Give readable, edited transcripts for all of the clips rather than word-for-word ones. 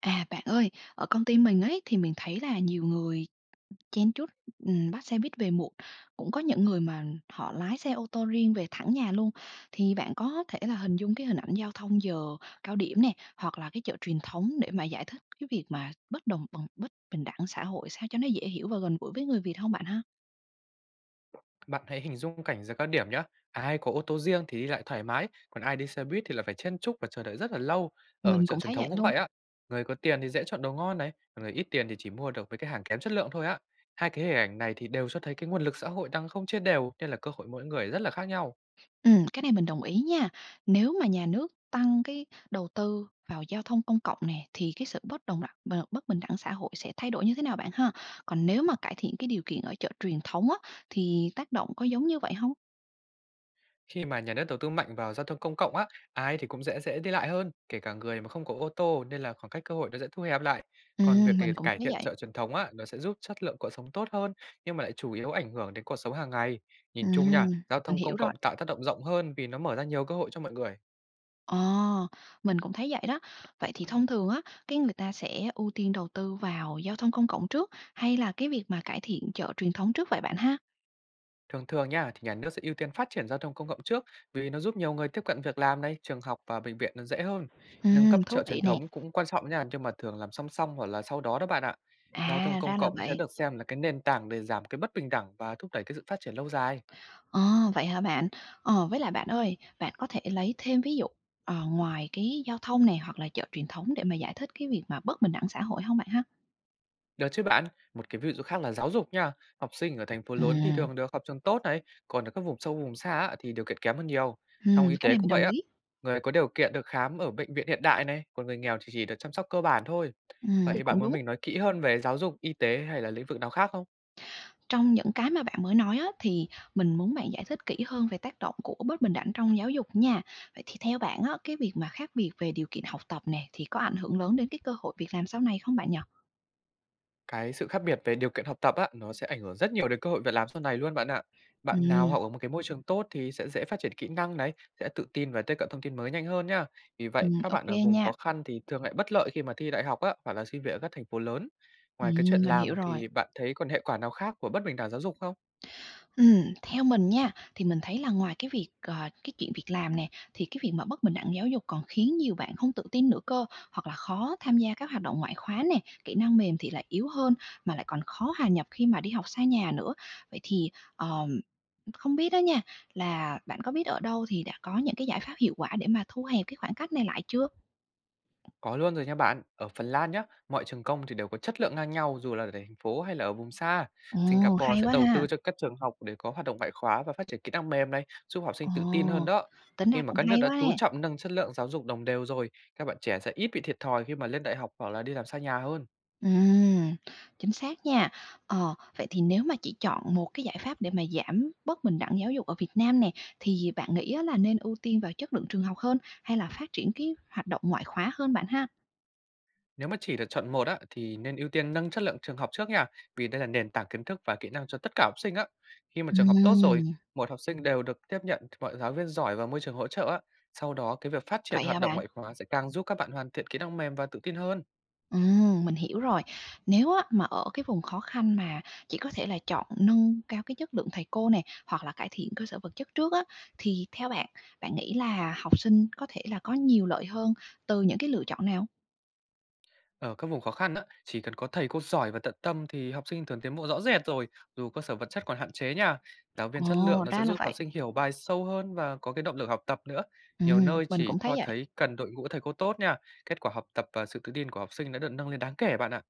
À, bạn ơi, ở công ty mình ấy thì mình thấy là nhiều người chen chúc, bắt xe buýt về muộn, cũng có những người mà họ lái xe ô tô riêng về thẳng nhà luôn. Thì bạn có thể là hình dung cái hình ảnh giao thông giờ cao điểm nè, hoặc là cái chợ truyền thống để mà giải thích cái việc mà bất đồng bằng bất bình đẳng xã hội sao cho nó dễ hiểu và gần gũi với người Việt không bạn ha? Bạn hãy hình dung cảnh giờ cao điểm nhé. Ai có ô tô riêng thì đi lại thoải mái, còn ai đi xe buýt thì lại phải chen chúc và chờ đợi rất là lâu. Ở Mình chợ cũng truyền thấy vậy thống cũng luôn. vậy á. Người có tiền thì dễ chọn đồ ngon này, còn người ít tiền thì chỉ mua được với cái hàng kém chất lượng thôi á. Hai cái hình ảnh này thì đều cho thấy cái nguồn lực xã hội đang không chia đều nên là cơ hội mỗi người rất là khác nhau. Cái này mình đồng ý nha. Nếu mà nhà nước tăng cái đầu tư vào giao thông công cộng nè, thì cái sự bất bình đẳng xã hội sẽ thay đổi như thế nào bạn ha? Còn nếu mà cải thiện cái điều kiện ở chợ truyền thống á, thì tác động có giống như vậy không? Khi mà nhà nước đầu tư mạnh vào giao thông công cộng á, ai thì cũng dễ dễ đi lại hơn, kể cả người mà không có ô tô nên là khoảng cách cơ hội nó sẽ thu hẹp lại. Còn việc Mình cũng cải thấy thiện vậy. chợ truyền thống á, nó sẽ giúp chất lượng cuộc sống tốt hơn nhưng mà lại chủ yếu ảnh hưởng đến cuộc sống hàng ngày. Nhìn chung Ừm, nha, giao mình thông công hiểu rồi. cộng tạo tác động rộng hơn vì nó mở ra nhiều cơ hội cho mọi người. Ờ, mình cũng thấy vậy đó. Vậy thì thông thường á, cái người ta sẽ ưu tiên đầu tư vào giao thông công cộng trước, hay là cái việc mà cải thiện chợ truyền thống trước vậy bạn ha? Thường thường nha, thì nhà nước sẽ ưu tiên phát triển giao thông công cộng trước vì nó giúp nhiều người tiếp cận việc làm này, trường học và bệnh viện nó dễ hơn. Nâng cấp chợ Thú vị truyền nè. thống cũng quan trọng nha, nhưng mà thường làm song song hoặc là sau đó đó bạn ạ. Giao thông À, công ra là cộng sẽ vậy. được xem là cái nền tảng để giảm cái bất bình đẳng và thúc đẩy cái sự phát triển lâu dài. Ờ, vậy hả bạn? Ờ, với lại bạn ơi, bạn có thể lấy thêm ví dụ, ngoài cái giao thông này hoặc là chợ truyền thống để mà giải thích cái việc mà bất bình đẳng xã hội không bạn ha? Được chứ bạn, một cái ví dụ khác là giáo dục nha. Học sinh ở thành phố Ừ, lớn thì thường được học trường tốt này, còn ở các vùng sâu vùng xa á, thì điều kiện kém hơn nhiều. Trong y cái tế này cũng mình vậy đồng á, ý. người có điều kiện được khám ở bệnh viện hiện đại này, còn người nghèo thì chỉ được chăm sóc cơ bản thôi. Vậy bạn Cũng muốn đúng. mình nói kỹ hơn về giáo dục, y tế hay là lĩnh vực nào khác không? Trong những cái mà bạn mới nói á, thì mình muốn bạn giải thích kỹ hơn về tác động của bất bình đẳng trong giáo dục nha. Vậy thì theo bạn á, cái việc mà khác biệt về điều kiện học tập này thì có ảnh hưởng lớn đến cái cơ hội việc làm sau này không bạn nhỉ? Cái sự khác biệt về điều kiện học tập á, nó sẽ ảnh hưởng rất nhiều đến cơ hội việc làm sau này luôn bạn ạ. Ừ, Bạn nào học ở một cái môi trường tốt thì sẽ dễ phát triển kỹ năng đấy, sẽ tự tin và tiếp cận thông tin mới nhanh hơn nhá. Vì vậy, các ô bạn ở vùng khó nha. khăn thì thường lại bất lợi khi mà thi đại học á, hoặc là xin việc ở các thành phố lớn. Ngoài cái chuyện Mình hiểu làm rồi. thì bạn thấy còn hệ quả nào khác của bất bình đẳng giáo dục không? Theo mình nha, thì mình thấy là ngoài cái việc, cái chuyện việc làm nè, thì cái việc mà bất bình đẳng giáo dục còn khiến nhiều bạn không tự tin nữa cơ, hoặc là khó tham gia các hoạt động ngoại khóa nè, kỹ năng mềm thì lại yếu hơn, mà lại còn khó hòa nhập khi mà đi học xa nhà nữa. Vậy thì, ờm, không biết đó nha, là bạn có biết ở đâu thì đã có những cái giải pháp hiệu quả để mà thu hẹp cái khoảng cách này lại chưa? Có luôn rồi nha bạn. Ở Phần Lan nhá, mọi trường công thì đều có chất lượng ngang nhau dù là ở thành phố hay là ở vùng xa. Ồ, Singapore hay sẽ quá đầu ha! tư cho các trường học để có hoạt động ngoại khóa và phát triển kỹ năng mềm này, giúp học sinh Ồ, tự tin hơn đó. tính Khi ra mà cũng các nước hay đã quá chú nè. trọng nâng chất lượng giáo dục đồng đều rồi, các bạn trẻ sẽ ít bị thiệt thòi khi mà lên đại học hoặc là đi làm xa nhà hơn. Ừm, chính xác nha. Ờ, vậy thì nếu mà chỉ chọn một cái giải pháp để mà giảm bất bình đẳng giáo dục ở Việt Nam nè, thì bạn nghĩ á là nên ưu tiên vào chất lượng trường học hơn hay là phát triển cái hoạt động ngoại khóa hơn bạn ha? Nếu mà chỉ được chọn một á, thì nên ưu tiên nâng chất lượng trường học trước nha, vì đây là nền tảng kiến thức và kỹ năng cho tất cả học sinh á. Khi mà trường học tốt rồi, Ừm, một học sinh đều được tiếp nhận mọi giáo viên giỏi và môi trường hỗ trợ á. Sau đó, cái việc phát triển vậy hoạt hả động bạn? ngoại khóa sẽ càng giúp các bạn hoàn thiện kỹ năng mềm và tự tin hơn. Mình hiểu rồi. Nếu á, mà ở cái vùng khó khăn mà chỉ có thể là chọn nâng cao cái chất lượng thầy cô này hoặc là cải thiện cơ sở vật chất trước á, thì theo bạn, bạn nghĩ là học sinh có thể là có nhiều lợi hơn từ những cái lựa chọn nào? Ở các vùng khó khăn á, chỉ cần có thầy cô giỏi và tận tâm thì học sinh thường tiến bộ rõ rệt rồi, dù cơ sở vật chất còn hạn chế nha. Giáo viên chất lượng Ồ, nó sẽ ra là giúp học vậy. sinh hiểu bài sâu hơn và có cái động lực học tập nữa. Nhiều nơi Mình chỉ cũng thấy cho vậy. thấy cần đội ngũ thầy cô tốt nha. Kết quả học tập và sự tự tin của học sinh đã được nâng lên đáng kể bạn ạ.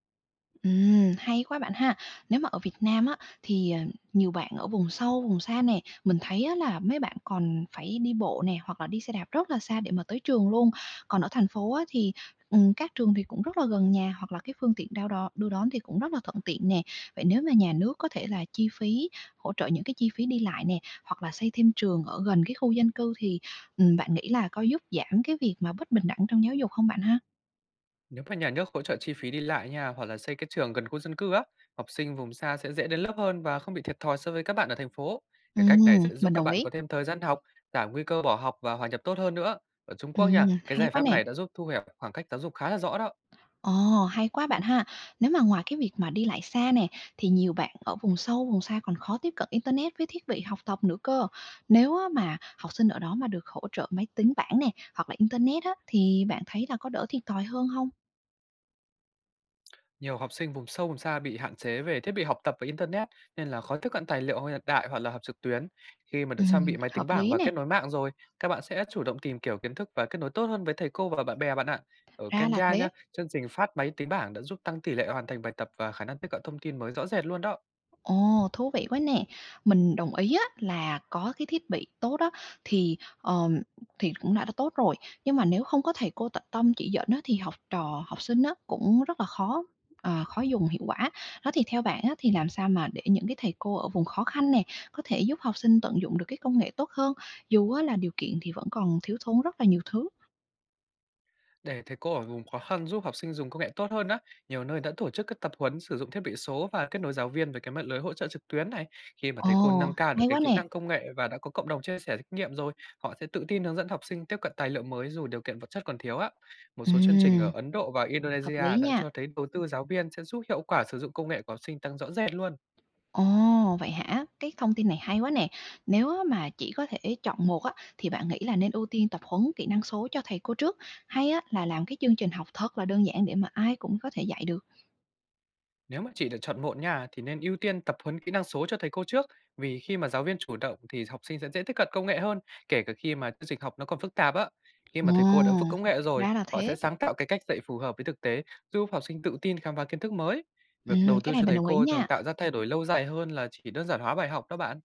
Hay quá bạn ha. Nếu mà ở Việt Nam á, thì, nhiều bạn ở vùng sâu, vùng xa nè, mình thấy á là mấy bạn còn phải đi bộ nè, hoặc là đi xe đạp rất là xa để mà tới trường luôn. Còn ở thành phố á, thì, các trường thì cũng rất là gần nhà, hoặc là cái phương tiện đao đo đưa đón thì cũng rất là thuận tiện nè. Vậy nếu mà nhà nước có thể là hỗ trợ những cái chi phí đi lại nè, hoặc là xây thêm trường ở gần cái khu dân cư thì, bạn nghĩ là có giúp giảm cái việc mà bất bình đẳng trong giáo dục không bạn ha? Nếu mà nhà nước hỗ trợ chi phí đi lại nha, hoặc là xây cái trường gần khu dân cư á, học sinh vùng xa sẽ dễ đến lớp hơn và không bị thiệt thòi so với các bạn ở thành phố. Cái Ừm, cách này sẽ giúp mình các đồng bạn ý. có thêm thời gian học, giảm nguy cơ bỏ học và hòa nhập tốt hơn nữa. Ở Trung Quốc nha, cái Hay giải quá pháp nè. này đã giúp thu hẹp khoảng cách giáo dục khá là rõ đó. Ồ, hay quá bạn ha. Nếu mà ngoài cái việc mà đi lại xa nè, thì nhiều bạn ở vùng sâu, vùng xa còn khó tiếp cận internet với thiết bị học tập nữa cơ. Nếu á mà học sinh ở đó mà được hỗ trợ máy tính bảng nè, hoặc là internet á, thì bạn thấy là có đỡ thiệt thòi hơn không? Nhiều học sinh vùng sâu vùng xa bị hạn chế về thiết bị học tập và internet nên là khó tiếp cận tài liệu hiện đại hoặc là học trực tuyến. Khi mà đã trang bị máy tính Hợp bảng lý và nè, kết nối mạng rồi, các bạn sẽ chủ động tìm kiểu kiến thức và kết nối tốt hơn với thầy cô và bạn bè bạn ạ. Ở ra là Kenya nhá, thế. chương trình phát máy tính bảng đã giúp tăng tỷ lệ hoàn thành bài tập và khả năng tiếp cận thông tin mới rõ rệt luôn đó. Ồ, thú vị quá nè. Mình đồng ý á là có cái thiết bị tốt đó thì, ờm, thì cũng đã tốt rồi, nhưng mà nếu không có thầy cô tận tâm chỉ dẫn á thì học trò, học sinh á cũng rất là khó dùng hiệu quả. Đó, thì theo bạn á thì làm sao mà để những cái thầy cô ở vùng khó khăn nè, có thể giúp học sinh tận dụng được cái công nghệ tốt hơn, dù á là điều kiện thì vẫn còn thiếu thốn rất là nhiều thứ? Để thầy cô ở vùng khó khăn giúp học sinh dùng công nghệ tốt hơn á, nhiều nơi đã tổ chức các tập huấn sử dụng thiết bị số và kết nối giáo viên với cái mạng lưới hỗ trợ trực tuyến này. Khi mà Ồ, thầy cô nâng cao được hay cái quá kỹ nè. năng công nghệ và đã có cộng đồng chia sẻ kinh nghiệm rồi, họ sẽ tự tin hướng dẫn học sinh tiếp cận tài liệu mới dù điều kiện vật chất còn thiếu á. Một số chương trình ở Ừm, Ấn Độ và hợp lý Indonesia đã nha. cho thấy đầu tư giáo viên sẽ giúp hiệu quả sử dụng công nghệ của học sinh tăng rõ rệt luôn. Ồ, vậy hả? Cái thông tin này hay quá nè. Nếu á mà chỉ có thể chọn một á, thì bạn nghĩ là nên ưu tiên tập huấn kỹ năng số cho thầy cô trước, hay á là làm cái chương trình học thật là đơn giản để mà ai cũng có thể dạy được? Nếu mà chỉ được chọn một nha, thì nên ưu tiên tập huấn kỹ năng số cho thầy cô trước, vì khi mà giáo viên chủ động thì học sinh sẽ dễ tiếp cận công nghệ hơn, kể cả khi mà chương trình học nó còn phức tạp á. Khi mà thầy cô đã vững Ồ, công nghệ rồi, ra là họ sẽ thế. sáng tạo cái cách dạy phù hợp với thực tế, giúp học sinh tự tin khám phá kiến thức mới. Ừ, Việc đầu cái tư này cho mình thầy đồng ý cô thường nha. tạo ra thay đổi lâu dài hơn là chỉ đơn giản hóa bài học đó bạn.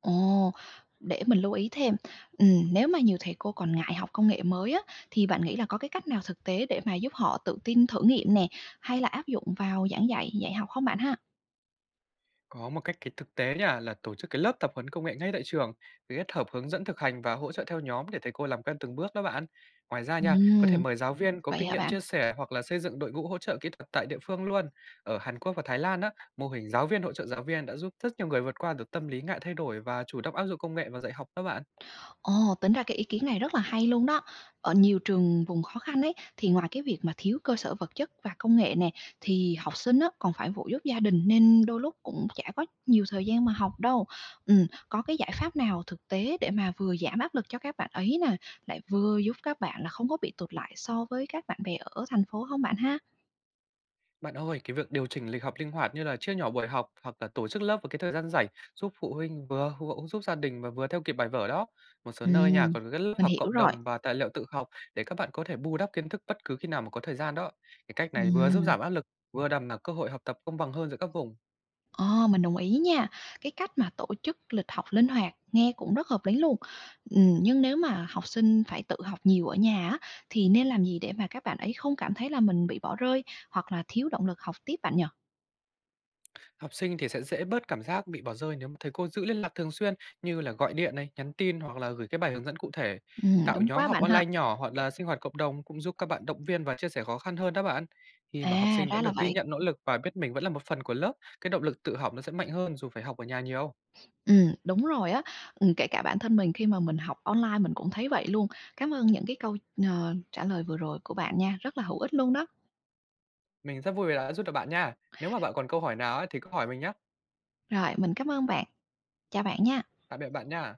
Ồ, để mình lưu ý thêm. Ừm, nếu mà nhiều thầy cô còn ngại học công nghệ mới á, thì bạn nghĩ là có cái cách nào thực tế để mà giúp họ tự tin thử nghiệm nè, hay là áp dụng vào giảng dạy, dạy học không bạn ha? Có một cách cái thực tế nha là tổ chức cái lớp tập huấn công nghệ ngay tại trường, kết hợp hướng dẫn thực hành và hỗ trợ theo nhóm để thầy cô làm quen từng bước đó bạn. Ngoài ra Ừ, nha, có thể mời giáo viên có vậy kinh hả nghiệm bạn? chia sẻ hoặc là xây dựng đội ngũ hỗ trợ kỹ thuật tại địa phương luôn. Ở Hàn Quốc và Thái Lan á, mô hình giáo viên hỗ trợ giáo viên đã giúp rất nhiều người vượt qua được tâm lý ngại thay đổi và chủ động áp dụng công nghệ vào dạy học đó bạn. Ồ, tính ra cái ý kiến này rất là hay luôn đó. Ở nhiều trường vùng khó khăn ấy, thì ngoài cái việc mà thiếu cơ sở vật chất và công nghệ nè, thì học sinh á, còn phải phụ giúp gia đình nên đôi lúc cũng chả có nhiều thời gian mà học đâu. Có cái giải pháp nào thực tế để mà vừa giảm áp lực cho các bạn ấy nè, lại vừa giúp các bạn là không có bị tụt lại so với các bạn bè ở thành phố không bạn ha? Bạn ơi, cái việc điều chỉnh lịch học linh hoạt như là chia nhỏ buổi học hoặc là tổ chức lớp vào cái thời gian rảnh giúp phụ huynh vừa giúp gia đình và vừa theo kịp bài vở đó. Một số nơi nhà Ừm, còn có các lớp mình học hiểu cộng rồi. đồng và tài liệu tự học để các bạn có thể bù đắp kiến thức bất cứ khi nào mà có thời gian đó. Cái cách này vừa giúp Ừm. giảm áp lực, vừa đảm bảo cơ hội học tập công bằng hơn giữa các vùng. Ờ, mình đồng ý nha. Cái cách mà tổ chức lịch học linh hoạt nghe cũng rất hợp lý luôn. Nhưng nếu mà học sinh phải tự học nhiều ở nhà á, thì nên làm gì để mà các bạn ấy không cảm thấy là mình bị bỏ rơi hoặc là thiếu động lực học tiếp bạn nhỉ? Học sinh thì sẽ dễ bớt cảm giác bị bỏ rơi nếu mà thầy cô giữ liên lạc thường xuyên như là gọi điện này, nhắn tin hoặc là gửi cái bài hướng dẫn cụ thể. Tạo Đúng nhóm quá học bạn ha. online nhỏ hoặc là sinh hoạt cộng đồng cũng giúp các bạn động viên và chia sẻ khó khăn hơn đó bạn. Khi mà học À, sinh đã ra là được ghi vậy. nhận nỗ lực và biết mình vẫn là một phần của lớp, cái động lực tự học nó sẽ mạnh hơn dù phải học ở nhà nhiều. Đúng rồi á. Kể cả bản thân mình khi mà mình học online mình cũng thấy vậy luôn. Cảm ơn những cái câu, trả lời vừa rồi của bạn nha, rất là hữu ích luôn đó. Mình rất vui vì đã giúp được bạn nha. Nếu mà bạn còn câu hỏi nào ấy thì cứ hỏi mình nhé. Rồi, mình cảm ơn bạn. Chào bạn nha. Tạm biệt bạn nha.